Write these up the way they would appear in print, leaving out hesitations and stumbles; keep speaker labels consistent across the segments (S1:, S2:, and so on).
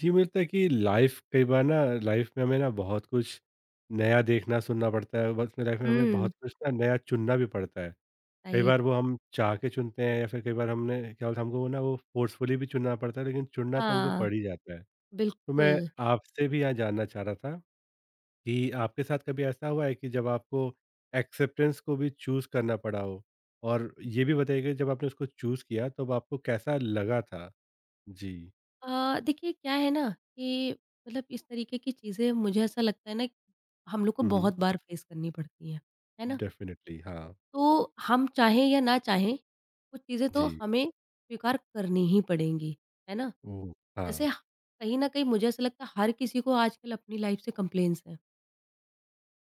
S1: जी, मुझे लगता है कि लाइफ़ कई बार ना लाइफ़ में हमें ना बहुत कुछ नया देखना सुनना पड़ता है, बस लाइफ़ में हमें
S2: हुँ।
S1: बहुत कुछ ना नया चुनना भी पड़ता है। कई
S2: राइट।
S1: बार वो हम चाह के चुनते हैं या फिर कई बार हमने क्या बोलते हैं हमको वो फ़ोर्सफुली भी चुनना पड़ता है, लेकिन चुनना तो हमको
S2: हाँ,
S1: पड़ ही जाता है। तो मैं
S2: बिल्कुल।
S1: आपसे भी यहाँ जानना चाह रहा था कि आपके साथ कभी ऐसा हुआ है कि जब आपको एक्सेप्टेंस को भी चूज़ करना पड़ा हो? और ये भी बताइए कि जब आपने उसको चूज़ किया तब आपको कैसा लगा था? जी।
S2: देखिए क्या है ना कि मतलब इस तरीके की चीज़ें मुझे ऐसा लगता है ना कि हम लोग को
S1: हुँ, हुँ।
S2: बहुत बार फेस करनी पड़ती हैं, है ना?
S1: डेफ़िनिटली हाँ।
S2: तो हम चाहें या ना चाहें, कुछ चीज़ें तो
S1: जी।
S2: हमें स्वीकार करनी ही पड़ेंगी, है ना?
S1: ओह! हाँ,
S2: जैसे ह कहीं न कहीं मुझे ऐसा लगता है हर किसी को आजकल अपनी लाइफ़ से कंप्लेंट्स हैं,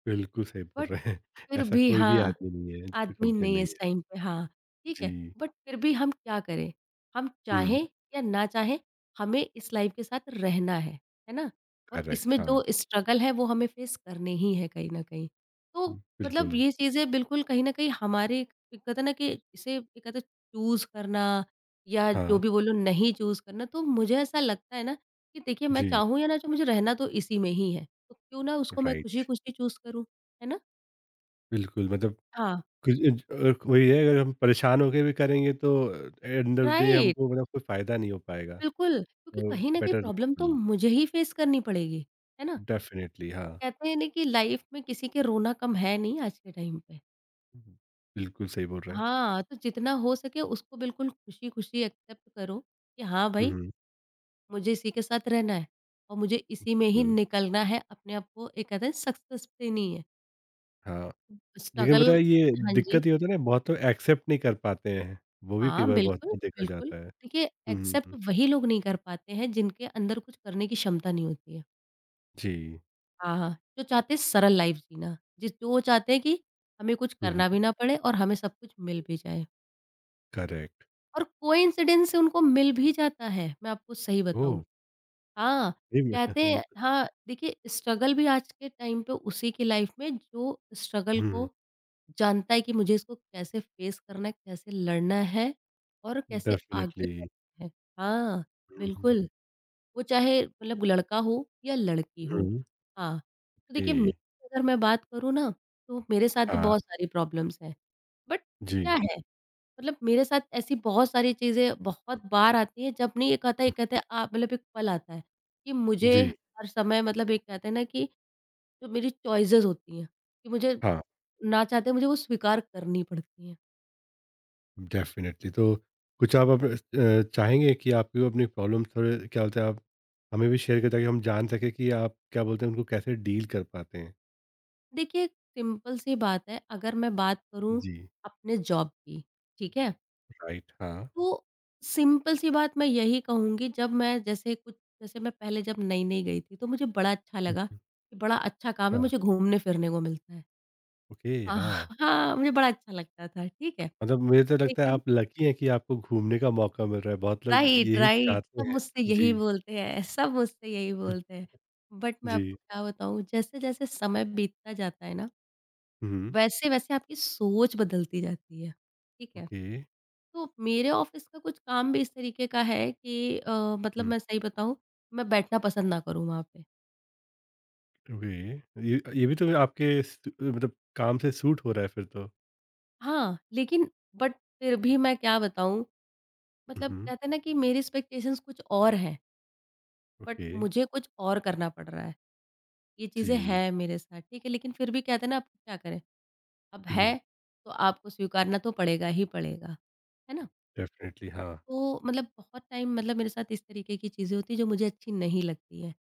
S1: बिल्कुल सही बोल
S2: बट
S1: रहे हैं।
S2: फिर
S1: ऐसा
S2: भी
S1: कोई भी
S2: हाँ।
S1: आदमी नहीं है जिसे
S2: एडमिन
S1: कंप्लेन
S2: नहीं है
S1: नहीं
S2: इस
S1: है।
S2: टाइम पे हाँ, ठीक है।
S1: जी।
S2: बट फिर भी हम क्या करें? हम
S1: हुँ,
S2: चाहें या ना चाहें, हमें इस लाइफ़ के साथ रहना है ना? और
S1: करेक्ट
S2: इसमें
S1: हाँ,
S2: जो स्ट्रगल है वो हमें फेस करने ही है कहीं न कहीं। तो मतलब
S1: बिल्कुल।
S2: ये चीज़ें बिल्कुल कहीं न कहीं हमारे एक कहते हैं ना कि इसे ये कहते हैं चूज़ करना या जो
S1: हाँ,
S2: भी बोलो नहीं चूज़ करना, तो मुझे ऐसा लगता है ना कि देखिए मैं
S1: जी,
S2: चाहूँ या ना चाहूँ मुझे रहना तो इसी में ही है। तो क्यों ना उसको मैं
S1: राइट।
S2: खुशी-खुशी चूज़ करूँ, है ना?
S1: बिल्कुल मतलब
S2: हाँ,
S1: कुछ वही है अगर हम परेशान होके भी करेंगे तो end of the day
S2: right.
S1: हमको मतलब कोई फ़ायदा नहीं हो पाएगा।
S2: बिल्कुल, क्योंकि
S1: तो
S2: कहीं न कहीं
S1: बेटर
S2: प्रॉब्लम तो
S1: बिल्कुल,
S2: मुझे ही फेस करनी पड़ेगी, है ना?
S1: डेफिनिटली हाँ।
S2: कहते हैं ना कि लाइफ में किसी के रोना कम है नहीं आज के टाइम पे।
S1: हम्म, बिल्कुल सही बोल रहे हैं।
S2: हाँ, तो जितना हो सके उसको बिल्कुल खुशी-खुशी एक्सेप्ट करो कि हाँ भाई,
S1: हुँ,
S2: मुझे इसी के साथ रहना है और मुझे इसी में ही
S1: बिल्कुल,
S2: निकलना है, अपने आप को एक कहते हैं सक्सेस देनी है।
S1: हाँ। लेकिन
S2: स्ट्रगल
S1: पता है ये
S2: हाँ जी,
S1: दिक्कत ये होता है ना बहुत लोग एक्सेप्ट नहीं कर पाते हैं। वो भी कई
S2: हाँ,
S1: बार बहुत
S2: बिल्कुल,
S1: बार देखा
S2: बिल्कुल।
S1: जाता है।
S2: देखिए, एक्सेप्ट
S1: हुँ।
S2: वही लोग नहीं कर पाते हैं जिनके अंदर कुछ करने की क्षमता नहीं होती है।
S1: जी।
S2: हाँ, हाँ, जो चाहते हैं सरल लाइफ जीना, जिस जो वो चाहते हैं कि हमें कुछ
S1: हुँ,
S2: करना
S1: हुँ।
S2: भी ना पड़े और हमें सब कुछ मिल भी जाए
S1: करेक्ट।
S2: और कोइंसिडेंस से उनको मिल भी जाता है, मैं आपको सही
S1: ओह!
S2: बताऊँ। हाँ,
S1: सही में
S2: कहते
S1: ये
S2: हैं
S1: तो
S2: हाँ, देखिए स्ट्रगल भी आज के टाइम पे उसी की लाइफ में जो स्ट्रगल
S1: हुँ,
S2: को जानता है कि मुझे इसको कैसे फेस करना है, कैसे लड़ना है और कैसे आगे
S1: डेफ़िनिटली।
S2: बढ़ना है। हाँ,
S1: हुँ, हुँ,
S2: बिल्कुल। वो चाहे मतलब लड़का हो या लड़की हो।
S1: हुँ,
S2: हाँ, तो देखिए
S1: जी।
S2: मेरी अगर मैं बात करूँ ना, तो मेरे साथ भी
S1: हाँ,
S2: बहुत सारी प्रॉब्लम्स हैं। बट
S1: जी।
S2: क्या है, मतलब मेरे साथ ऐसी बहुत सारी चीज़ें बहुत बार आती हैं जब नहीं एक आता है एक कहते हैं आ मतलब एक पल आता है, कि मुझे
S1: जी,
S2: हर समय मतलब एक कहते हैं ना कि जो मेरी चॉइसेस होती हैं, कि मुझे
S1: हाँ,
S2: ना चाहते मुझे वो स्वीकार करनी पड़ती हैं।
S1: डेफ़िनिटली। तो कुछ आप अब चाहेंगे कि आप जो अपनी प्रॉब्लम थोड़े क्या बोलते हैं आप हमें भी शेयर करें ताकि हम जान सकें कि आप क्या बोलते हैं उनको कैसे डील कर पाते हैं?
S2: देखिए सिंपल सी बात है, अगर मैं बात करूँ
S1: जी,
S2: अपने जॉब की, ठीक है?
S1: राइट, हाँ।
S2: तो सिंपल सी बात मैं यही कहूँगी जब मैं जैसे कुछ जैसे मैं पहले जब नई-नई गई थी तो मुझे बड़ा अच्छा
S1: हुँ,
S2: लगा
S1: हुँ,
S2: कि बड़ा अच्छा काम है
S1: अच्छा,
S2: मुझे घूमने-फिरने को मिलता है।
S1: ओके,
S2: आह
S1: हाँ।
S2: हाँ, मुझे बड़ा अच्छा लगता था, ठीक है।
S1: मतलब मुझे तो लगता है
S2: लेकिन
S1: आप लकी हैं कि आपको घूमने का मौका मिल रहा है। बहुत लोग
S2: राइट,
S1: यही
S2: राइट। सब
S1: चाहते हैं।
S2: मुझसे यही
S1: जी,
S2: बोलते हैं, सब मुझसे यही बोलते हैं। बट मैं
S1: जी।
S2: आपको क्या बताऊँ जैसे-जैसे समय बीतता जाता है ना,
S1: हुँ,
S2: वैसे-वैसे आपकी सोच बदलती जाती है, ठीक है।
S1: ओके।
S2: तो मेरे ऑफिस का कुछ काम भी इस तरीके का है कि मतलब
S1: हुँ,
S2: मैं सही बताऊँ, मैं बैठना पसंद ना करूँ वहाँ पे।
S1: ओके। ये भी तो आपके स मतलब काम से सूट हो रहा है फिर तो।
S2: हाँ, लेकिन बट फिर भी मैं क्या बताऊँ,
S1: हुँ,
S2: मतलब
S1: हुँ,
S2: कहते हैं ना कि मेरी एक्सपेक्टेशंस कुछ और हैं, बट
S1: ओके।
S2: मुझे कुछ और करना पड़ रहा है। ये चीज़ें
S1: जी।
S2: हैं मेरे साथ, ठीक है? लेकिन फिर भी कहते हैं ना, अब क्या करें? अब
S1: हुँ, हुँ,
S2: है, तो आपको स्वीकारना तो पड़ेगा ही पड़ेगा। है ना?
S1: डेफ़िनिटली हाँ।
S2: तो मतलब बहुत टाइम मतलब मेरे साथ इस तरीके की चीज़ें होती हैं जो मुझे अच्छी नहीं लगती हैं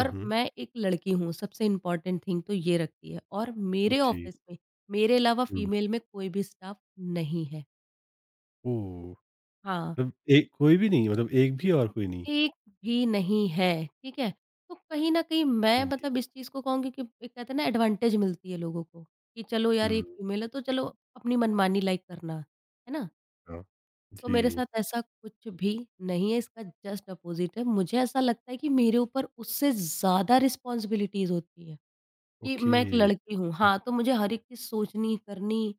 S1: हुँ, हुँ,
S2: मैं एक लड़की हूँ, सबसे इम्पोर्टेंट थिंग तो ये रखती है और मेरे
S1: जी।
S2: ऑफ़िस में मेरे अलावा
S1: हुँ,
S2: फ़ीमेल में कोई भी स्टाफ़ नहीं है।
S1: ओह!
S2: हाँ,
S1: मतलब एक कोई भी नहीं मतलब एक भी और कोई नहीं?
S2: एक भी नहीं है, ठीक है? तो कहीं न कहीं मैं
S1: जी,
S2: मतलब इस चीज़ को कहूँगी कि एक कहते हैं ना एडवांटेज मिलती है लोगों को कि चलो यार
S1: हुँ,
S2: एक फ़ीमेल है तो चलो अपनी मनमानी लाइक करना, है ना?
S1: हाँ।
S2: तो मेरे
S1: जी,
S2: साथ ऐसा कुछ भी नहीं है, इसका जस्ट अपोज़िट है। मुझे ऐसा लगता है कि मेरे ऊपर उससे ज़्यादा रिस्पॉन्सिबिलिटीज़ होती हैं कि
S1: ओके।
S2: मैं एक लड़की हूँ।
S1: हुँ,
S2: हाँ, तो मुझे हर एक चीज़ सोचनी, करनी,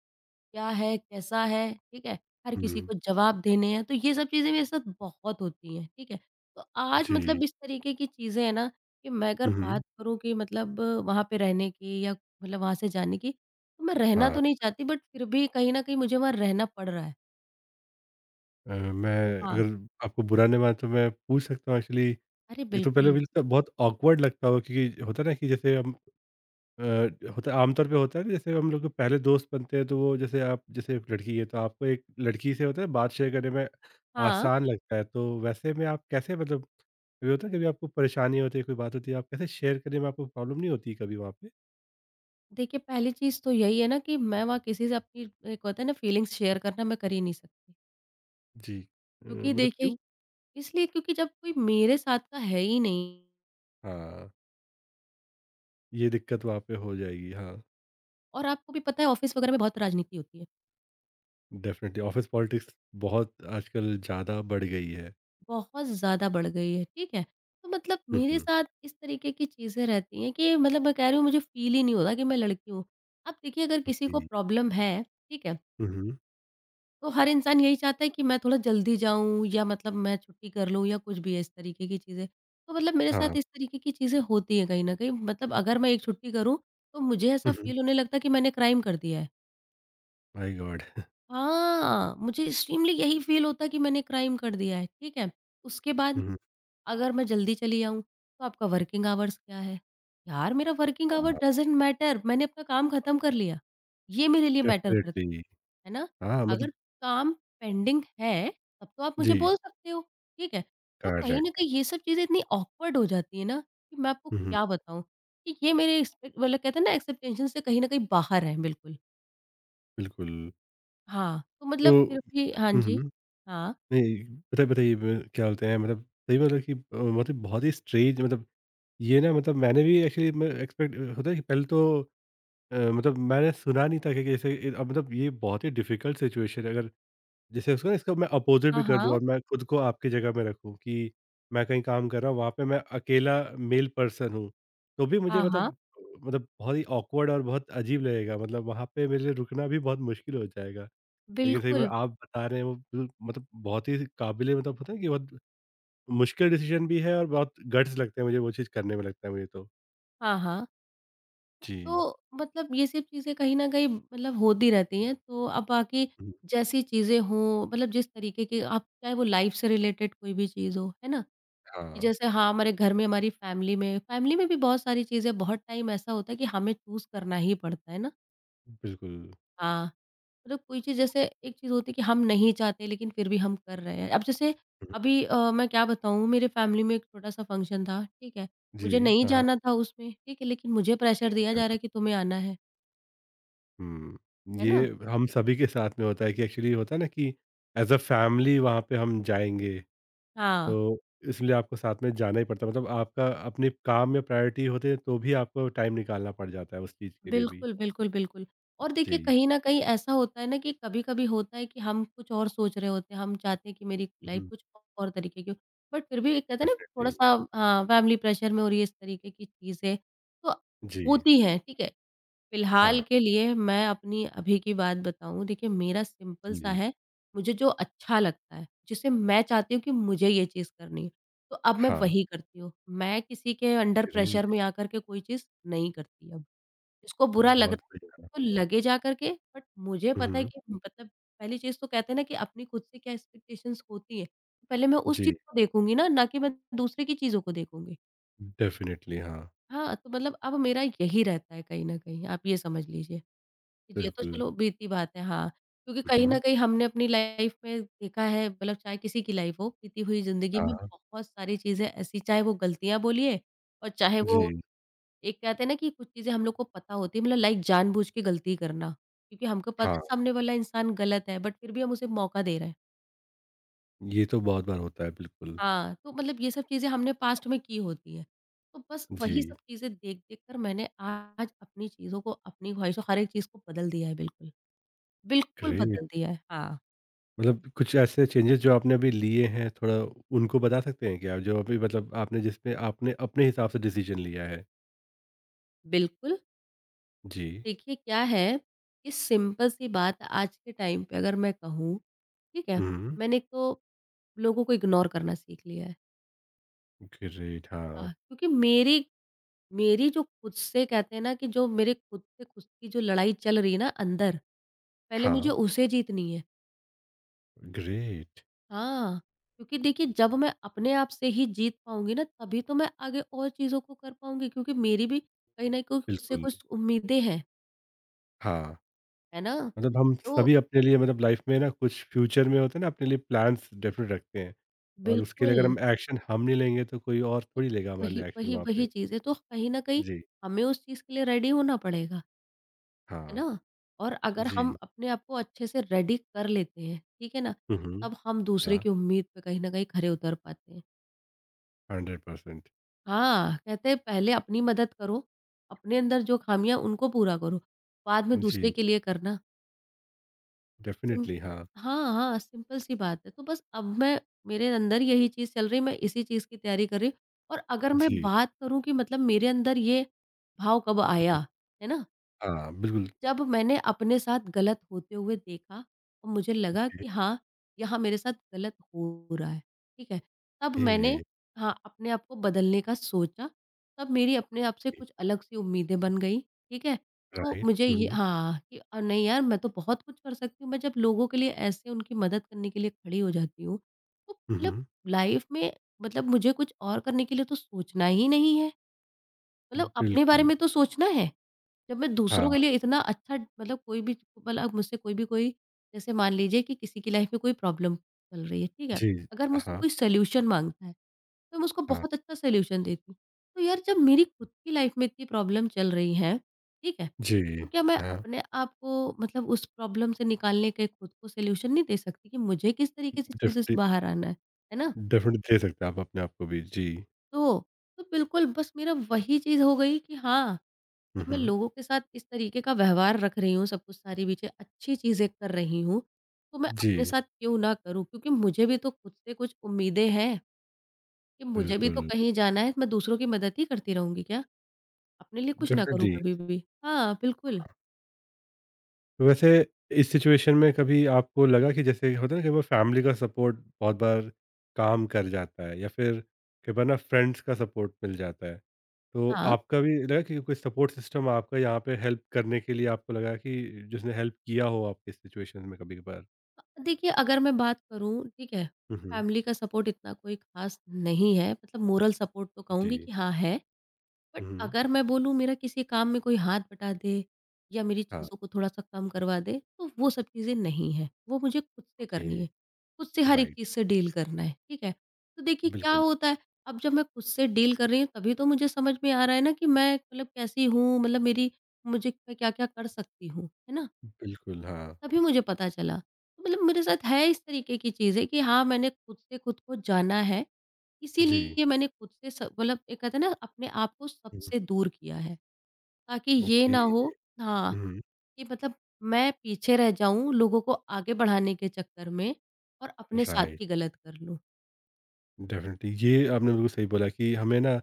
S2: क्या है, कैसा है, ठीक है? हर किसी
S1: हुँ,
S2: को जवाब देने हैं, तो ये सब चीज़ें मेरे साथ बहुत होती हैं, ठीक है? तो आज
S1: जी।
S2: मतलब इस तरीके की चीज़ें हैं ना कि मैं अगर
S1: हुँ, हुँ,
S2: बात करूँ कि मतलब वहाँ पे रहने की या मतलब वहाँ से जाने की, तो मैं रहना
S1: हाँ।
S2: तो नहीं चाहती बट फिर भी कहीं न कहीं मुझे वहाँ रहना पड़ रहा है।
S1: मैं अगर
S2: हाँ।
S1: आपको बुरा ना माने तो मैं पूछ सकता हूँ एक्चुअली
S2: अरे
S1: ये तो पहले
S2: बिल्कुल।
S1: मुझे तो बहुत ऑकवर्ड लगता होगा क्योंकि होता है ना कि जैसे हम अ, होता आमतौर पे होता है ना जैसे हम लोग के पहले दोस्त बनते हैं तो वो जैसे आप जैसे एक लड़की है तो आपको एक लड़की से होता है बात शेयर करने में
S2: हाँ,
S1: आसान लगता है तो वैसे में आप कैसे मतलब कभी होता है कभी आपको परेशानी होती है कोई बात होती है आप कैसे शेयर करने में आपको प्रॉब्लम नहीं होती कभी वहाँ पे
S2: देखिए पहली चीज़ तो यही है ना कि मैं वहाँ किसी से अपनी एक होता है ना फीलिंग्स शेयर करना मैं कर ही नहीं सकती।
S1: जी
S2: क्योंकि
S1: मतलब
S2: देखिए
S1: क्यों
S2: इसलिए क्योंकि जब कोई मेरे साथ का है ही नहीं
S1: हाँ ये दिक्कत वहाँ पे हो जाएगी हाँ
S2: और आपको भी पता है ऑफ़िस वग़ैरह में बहुत राजनीति होती है,
S1: डेफिनेटली ऑफिस पॉलिटिक्स बहुत आजकल ज़्यादा बढ़ गई है
S2: बहुत ज़्यादा बढ़ गई है, ठीक है? तो मतलब मेरे
S1: हम्म
S2: साथ इस तरीके की चीज़ें रहती हैं कि मतलब मैं कह रही हूँ मुझे फ़ील ही नहीं होता कि मैं लड़की हूँ। अब देखिए अगर किसी को
S1: ओके
S2: प्रॉब्लम है, ठीक है?
S1: हम्म
S2: तो हर इंसान यही चाहता है कि मैं थोड़ा जल्दी जाऊँ या मतलब मैं छुट्टी कर लूँ या कुछ भी है इस तरीके की चीज़ें। तो मतलब मेरे
S1: हाँ
S2: साथ इस तरीके की चीज़ें होती हैं कहीं न कहीं मतलब अगर मैं एक छुट्टी करूँ, तो मुझे ऐसा
S1: हम्म
S2: फ़ील होने लगता है कि मैंने क्राइम कर दिया है।
S1: माय गॉड
S2: हाँ, मुझे एक्सट्रीमली यही फ़ील होता है कि मैंने क्राइम कर दिया है, ठीक है? उसके बाद
S1: हम्म
S2: अगर मैं जल्दी चली जाऊँ तो आपका वर्किंग आवर्स क्या है? यार मेरा वर्किंग आवर
S1: हाँ
S2: डज़न्ट मैटर मैंने अपना काम ख़त्म कर लिया, ये मेरे लिए मैटर करता
S1: डेफिनेटली
S2: है ना?
S1: हाँ
S2: अगर
S1: मतलब
S2: काम पेंडिंग है तब तो आप मुझे
S1: जी,
S2: बोल सकते हो, ठीक है? तो कहीं न
S1: करेक्ट।
S2: कहीं ये सब चीज़ें इतनी ऑकवर्ड हो जाती है ना कि मैं आपको
S1: हुँ, हुँ,
S2: क्या बताऊँ कि ये मेरे एक्सपेक्ट मतलब कहते हैं ना एक्सपेक्टेशन से कहीं न कहीं बाहर है बिल्कुल।
S1: बिल्कुल।
S2: हाँ, तो
S1: तो
S2: मतलब
S1: हुँ,
S2: फिर भी हाँ जी।
S1: हुँ,
S2: हाँ,
S1: नहीं, बताइए बताइए ब क्या बोलते हैं मतलब सही मतलब कि मतलब बहुत ही स्ट्रेंज मतलब ये ना मतलब मैंने भी एक्चुअली मैं एक्सपेक्ट होता है कि पहले तो मतलब मैंने सुना नहीं था कि कैसे मतलब ये बहुत ही डिफ़िकल्ट सिचुएशन है अगर जैसे उसको ना इसका मैं अपोज़िट
S2: हाँ,
S1: भी कर दूँ और
S2: हाँ,
S1: मैं खुद को आपकी जगह में रखूँ कि मैं कहीं काम कर रहा हूँ, वहाँ पे मैं अकेला मेल पर्सन हूँ। तो भी मुझे
S2: हाँ, हाँ,
S1: मतलब मतलब बहुत ही ऑकवर्ड और बहुत अजीब लगेगा मतलब वहाँ पे मेरे लिए रुकना भी बहुत मुश्किल हो जाएगा। लेकिन सही में
S2: बिल्कुल।
S1: आप बता रहे हैं वो बिल मतलब बहुत ही काबिले मतलब होता है कि बहुत मुश्किल डिसीज़न भी है और बहुत गट्स लगते हैं मुझे वो चीज़ करने में लगता है मुझे तो।
S2: हाँ, हाँ।
S1: जी।
S2: तो मतलब ये सब चीज़ें कहीं न कहीं मतलब होती रहती हैं। तो अब बाकी
S1: हुँ।
S2: जैसी चीज़ें हों मतलब जिस तरीके की आप चाहे वो लाइफ़ से रिलेटेड कोई भी चीज़ हो, है ना? कि
S1: हाँ,
S2: जैसे हाँ, हमारे घर में हमारी फैमिली में भी बहुत सारी चीज़ें बहुत टाइम ऐसा होता है कि हमें चूज़ करना ही पड़ता है ना।
S1: बिल्कुल।
S2: हाँ, मतलब कोई चीज़ जैसे एक चीज़ होती है कि हम नहीं चाहते लेकिन फिर भी हम कर रहे हैं। अब जैसे
S1: हुँ।
S2: अभी मैं क्या बताऊँ मेरे फैमिली में एक छोटा-सा फंक्शन था, ठीक है?
S1: जी,
S2: मुझे नहीं
S1: हाँ, हाँ।
S2: जाना था उसमें, ठीक है? लेकिन मुझे
S1: ओके,
S2: प्रेशर दिया
S1: हाँ।
S2: जा रहा है कि तुम्हें आना
S1: हुँ।
S2: है ना?
S1: ये हम सभी के साथ में होता है कि एक्चुअली होता है ना कि एज़ अ फैमिली वहाँ पे हम जाएँगे,
S2: हाँ,
S1: तो इसलिए आपको साथ में जाना ही पड़ता है। मतलब आपका अपने काम में प्रायोरिटी होते हैं तो भी आपको टाइम निकालना पड़ जाता है उस चीज़ के लिए भी।
S2: बिल्कुल। और देखिए
S1: जी।
S2: कहीं न कहीं ऐसा होता है ना कि कभी-कभी होता है कि हम कुछ और सोच रहे होते हैं, हम चाहते हैं कि मेरी लाइफ़
S1: हुँ,
S2: कुछ और तरीके की हो, बट फिर भी एक कहते हैं ना
S1: डेफ़िनिटली।
S2: थोड़ा-सा हाँ, फैमिली प्रेशर में और ये इस तरीके की चीज़ें तो
S1: जी,
S2: होती हैं, ठीक है? फ़िलहाल
S1: हाँ।
S2: के लिए मैं अपनी अभी की बात बताऊँ, देखिए मेरा
S1: जी,
S2: सिंपल-सा
S1: जी।
S2: है, मुझे जो अच्छा लगता है, जिसे मैं चाहती हूँ कि मुझे ये चीज़ करनी है, तो अब मैं
S1: हाँ,
S2: वही करती हूँ। मैं किसी के अंडर प्रेशर में
S1: ग्रेट
S2: आकर के कोई चीज़ नहीं करती अब। जिसको बुरा लग
S1: बहुत
S2: रहा है,
S1: बढ़िया।
S2: उसको लगे जा कर के बट मुझे पता है
S1: हुँ,
S2: कि मतलब पहली चीज़ तो कहते हैं ना कि अपनी खुद से क्या एक्सपेक्टेशंस होती हैं, तो पहले मैं उस
S1: जी,
S2: चीज़ को देखूँगी ना, ना कि मैं दूसरे की चीज़ों को देखूँगी।
S1: डेफ़िनिटली हाँ,
S2: हाँ, तो मतलब अब मेरा यही रहता है कहीं न कहीं, आप ये समझ लीजिए। कि ये तो
S1: बिल्कुल।
S2: चलो बीती बात है, हाँ। क्योंकि कहीं न
S1: हुँ,
S2: कहीं हमने अपनी लाइफ़ में देखा है मतलब चाहे किसी की लाइफ़ हो, बीती हुई ज़िंदगी में
S1: हाँ,
S2: बहुत सारी चीज़ें ऐसी चाहे वो गलतियाँ बोलिए और चाहे वो
S1: जी,
S2: एक कहते हैं ना कि कुछ चीज़ें हम लोग को पता होती है मतलब लाइक जानबूझ के गलती करना, क्योंकि हमको पता है
S1: हाँ,
S2: सामने वाला इंसान गलत है बट फिर भी हम उसे मौका दे रहे हैं।
S1: ये तो बहुत बार होता है बिल्कुल।
S2: हाँ, तो मतलब ये सब चीज़ें हमने पास्ट में की होती हैं। तो बस वही
S1: जी,
S2: सब चीज़ें देख-देख कर मैंने आज अपनी चीज़ों को, अपनी ख्वाहिशों हर एक चीज़ को बदल दिया है बिल्कुल। बिल्कुल
S1: ग्रेट।
S2: बदल दिया है। हाँ,
S1: मतलब कुछ ऐसे चेंजेस जो आपने अभी लिए हैं थोड़ा उनको बता सकते हैं क्या? जो अभी मतलब आपने जिसमें आपने अपने हिसाब से डिसीजन लिया है?
S2: बिल्कुल।
S1: जी।
S2: देखिए क्या है, कि सिंपल सी बात आज के टाइम पे अगर मैं कहूँ, ठीक है?
S1: हुँ,
S2: मैंने एक तो लोगों को इग्नोर करना सीख लिया है।
S1: ग्रेट हाँ।
S2: हाँ, क्योंकि मेरी मेरी जो खुद से कहते हैं ना कि जो मेरे खुद से खुद की जो लड़ाई चल रही है ना अंदर, पहले मुझे
S1: हाँ,
S2: उसे जीतनी है।
S1: ग्रेट
S2: हाँ, क्योंकि देखिए जब मैं अपने आप से ही जीत पाऊँगी ना तभी तो मैं आगे और चीज़ों को कर पाऊँगी क्योंकि मेरी भी कहीं न कहीं खुद से
S1: बिल्कुल,
S2: कुछ उम्मीदें हैं,
S1: हाँ।
S2: है ना?
S1: मतलब हम
S2: तो
S1: सभी अपने लिए मतलब लाइफ में ना कुछ फ्यूचर में होते हैं ना अपने लिए प्लान्स डेफ़िनेट रखते हैं और उसके लिए अगर
S2: बिल्कुल,
S1: हम एक्शन हम नहीं लेंगे तो कोई और
S2: तो
S1: थोड़ी लेगा हमारे
S2: वही
S1: लिए एक्शन
S2: वही
S1: वहाँ
S2: वही
S1: पे।
S2: चीज़ है तो कहीं न कहीं
S1: जी,
S2: हमें उस चीज़ के लिए रेडी होना पड़ेगा। है
S1: हाँ,
S2: ना? और अगर हम
S1: जी।
S2: अपने आप को अच्छे से रेडी कर लेते हैं, ठीक है ना?
S1: हुँ, हुँ,
S2: तब हम दूसरे
S1: हाँ,
S2: की उम्मीद पे कहीं न कहीं खरे उतर पाते हैं।
S1: 100%
S2: हाँ, कहते हैं पहले अपनी मदद करो, अपने अंदर जो खामियाँ उनको पूरा करो, बाद में दूसरे
S1: जी,
S2: के लिए करना। सिम
S1: डेफ़िनेटली हाँ,
S2: हाँ, हाँ, सिंपल सी बात है। तो बस अब मैं मेरे अंदर यही चीज़ चल रही है, मैं इसी चीज़ की तैयारी कर रही हूँ और अगर मैं
S1: जी।
S2: बात करूँ कि मतलब मेरे अंदर ये भाव कब आया, है ना?
S1: हाँ, बिल्कुल।
S2: जब मैंने अपने साथ गलत होते हुए देखा और मुझे लगा
S1: ओके,
S2: कि हाँ, यहाँ मेरे साथ गलत हो रहा है, ठीक है? तब मैंने
S1: ए,
S2: हाँ, अपने आप को बदलने का सोचा, तब मेरी अपने आप से
S1: जी,
S2: कुछ अलग सी उम्मीदें बन गई, ठीक है? तो
S1: राइट।
S2: मुझे ये
S1: हुँ,
S2: हाँ, कि नहीं यार मैं तो बहुत कुछ कर सकती हूँ, मैं जब लोगों के लिए ऐसे उनकी मदद करने के लिए खड़ी हो जाती हूँ, तो
S1: हुँ,
S2: मतलब
S1: हुँ,
S2: लाइफ़ में मतलब मुझे कुछ और करने के लिए तो सोचना ही नहीं है।
S1: हुँ,
S2: मतलब अपने बारे
S1: बिल्कुल।
S2: में तो सोचना है, जब मैं
S1: हाँ,
S2: दूसरों के लिए इतना अच्छा मतलब कोई भी मतलब मुझसे कोई भी कोई जैसे मान लीजिए कि किसी की लाइफ़ में कोई प्रॉब्लम चल रही है, ठीक है?
S1: जी,
S2: अगर मुझसे
S1: हाँ,
S2: कोई सॉल्यूशन माँगता है, तो मैं उसको
S1: हाँ,
S2: बहुत अच्छा सॉल्यूशन देती हूँ। तो यार जब मेरी खुद की लाइफ़ में इतनी प्रॉब्लम चल रही है, ठीक है?
S1: जी,
S2: तो क्या मैं
S1: हाँ,
S2: अपने आप को मतलब उस प्रॉब्लम से निकालने के खुद को सॉल्यूशन नहीं दे सकती कि मुझे किस तरीके से चीज़ों से
S1: डेफ़िटली
S2: बाहर आना है ना?
S1: डेफ़िनेटली दे सकते हैं आप अपने आप को भी। जी,
S2: तो, तो बिल्कुल बस मेरा वही चीज़ हो गई कि हाँ,
S1: हुँ,
S2: जब मैं
S1: हुँ,
S2: लोगों के साथ इस तरीके का व्यवहार रख रही हूँ, सब कुछ सारी चीज़ें अच्छी चीज़ें कर रही हूँ, तो मैं अपने
S1: जी,
S2: साथ क्यों ना करूँ? क्योंकि मुझे भी तो खुद से कुछ उम्मीदें हैं कि मुझे भी
S1: बिल्कुल,
S2: तो कहीं जाना है, मैं दूसरों की मदद ही करती रहूँगी क्या? अपने लिए कुछ ना करूँ
S1: डेफ़िनेटली।
S2: कभी भी। हाँ, बिल्कुल।
S1: तो वैसे इस सिचुएशन में कभी आपको लगा कि जैसे होता है ना कई बार फैमिली का सपोर्ट बहुत बार काम कर जाता है या फिर कई बार ना फ्रेंड्स का सपोर्ट मिल जाता है तो
S2: हाँ,
S1: आपका भी लगा कि कोई सपोर्ट सिस्टम आपका यहाँ पे हेल्प करने के लिए आपको लगा कि जिसने हेल्प किया हो आपके सिचुएशन में कभी कभार
S2: देखिए अगर मैं बात करूँ, ठीक है,
S1: हम्म
S2: फैमिली का सपोर्ट इतना कोई ख़ास नहीं है, मतलब मोरल सपोर्ट तो कहूँगी
S1: जी
S2: कि हाँ है। बट
S1: हम्म
S2: अगर मैं बोलूँ मेरा किसी काम में कोई हाथ बटा दे या मेरी
S1: हाँ
S2: चीज़ों को थोड़ा-सा कम करवा दे, तो वो सब चीज़ें नहीं हैं। वो मुझे खुद से
S1: ओके
S2: करनी है। खुद से हर एक
S1: राइट
S2: चीज़ से डील करना है, ठीक है? तो देखिए क्या
S1: बिल्कुल
S2: होता है, अब जब मैं खुद से डील कर रही हूँ तभी तो मुझे समझ में आ रहा है ना कि मैं मतलब कैसी हूँ, मतलब मेरी मुझे मैं क्या-क्या कर सकती हूँ, है ना?
S1: बिल्कुल हाँ
S2: तभी मुझे पता चला। तो मतलब मेरे साथ है इस तरीके की चीज़ें कि हाँ, मैंने खुद से खुद को जाना है,
S1: जी
S2: इसीलिए मैंने खुद से स मतलब एक कहते हैं ना अपने आप को
S1: हम्म,
S2: सबसे दूर किया है। ताकि ये
S1: ओके
S2: ना हो हाँ,
S1: हम्म
S2: कि मतलब मैं पीछे रह जाऊँ लोगों को आगे बढ़ाने के चक्कर में और अपने साथ
S1: राइट
S2: ही गलत कर लूँ।
S1: डेफिनेटली ये आपने बिल्कुल सही बोला कि हमें ना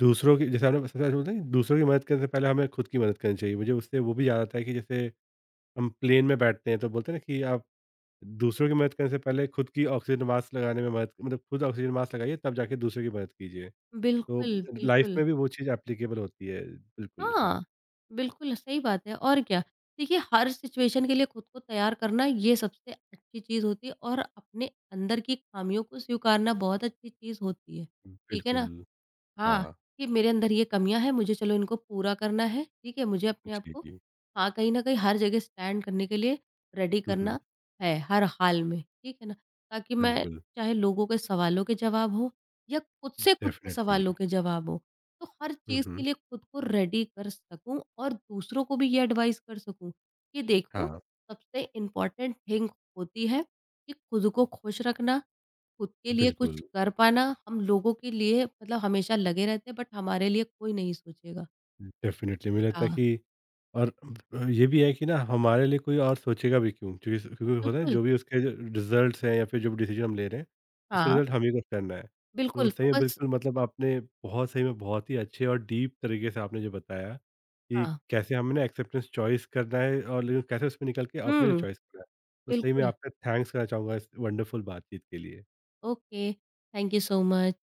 S1: दूसरों की जैसे आपने सबसे पहले बोलते हैं कि दूसरों की मदद करने से पहले हमें खुद की मदद करनी चाहिए। मुझे उससे वो भी याद आता है कि जैसे हम प्लेन में बैठते हैं तो बोलते हैं ना कि आप दूसरों की मदद करने से पहले खुद की ऑक्सीजन मास्क लगाने में मदद मतलब खुद ऑक्सीजन मास्क लगाइए तब जाके दूसरों की मदद कीजिए। तो
S2: बिल्कुल,
S1: लाइफ़
S2: बिल्कुल।
S1: में भी वो चीज़ एप्लीकेबल होती है। बिल्कुल, हाँ।
S2: हाँ, बिल्कुल सही बात है और क्या। देखिए हर सिचुएशन के लिए खुद को तैयार करना ये सबसे अच्छी चीज़ होती है और अपने अंदर की खामियों को स्वीकारना बहुत अच्छी चीज़ होती है। ठीक है ना?
S1: बिल्कुल,
S2: हाँ,
S1: हाँ।
S2: कि मेरे अंदर ये कमियाँ हैं, मुझे चलो इनको पूरा करना है, ठीक है? मुझे अपने आप
S1: जी,
S2: को
S1: जी।
S2: हाँ, कहीं न कहीं हर जगह स्टैंड करने के लिए रेडी
S1: हुँ, हुँ।
S2: करना है, हर हाल में, ठीक है ना? ताकि मैं
S1: बिल्कुल,
S2: चाहे लोगों के सवालों के जवाब हो या खुद से खुद के
S1: डेफ़िनिटली।
S2: सवालों के जवाब हो, तो हर
S1: हुँ,
S2: चीज़ के
S1: हुँ।
S2: लिए खुद को रेडी कर सकूँ और दूसरों को भी ये एडवाइस कर सकूँ कि देखो
S1: हाँ,
S2: सबसे इम्पोर्टेंट थिंग होती है कि खुद को खुश रखना खुद के लिए कुछ
S1: बिल्कुल,
S2: कर पाना हम लोगों के लिए मतलब हमेशा लगे रहते हैं बट हमारे लिए कोई नहीं सोचेगा।
S1: डेफ़िनिटली मुझे लगता है
S2: हाँ,
S1: कि और ये भी है कि ना हमारे लिए कोई और सोचेगा भी क्यों? क्योंकि स क्योंकि होता है ना
S2: बिल्कुल,
S1: जो भी उसके जो रिज़ल्ट्स हैं या फिर जो भी डिसीज़न हम ले रहे हैं, उसका
S2: हाँ,
S1: रिज़ल्ट हम ही को करना है। तो
S2: बिल्कुल
S1: सही
S2: तो
S1: में
S2: बस
S1: बिल्कुल मतलब आपने बहुत सही में बहुत ही अच्छे और डीप तरीके से आपने जो बताया कि
S2: हाँ,
S1: कैसे हमें ना एक्सेप्टेंस चॉइस करना है और लेकिन कैसे उसमें निकल के अपने लिए
S2: हुँ,
S1: चॉइस करना है। तो सही में
S2: बिल्कुल।
S1: आपका थैंक्स करना चाहूँगा इस वंडरफुल बातचीत के लिए।
S2: Okay, thank you so much.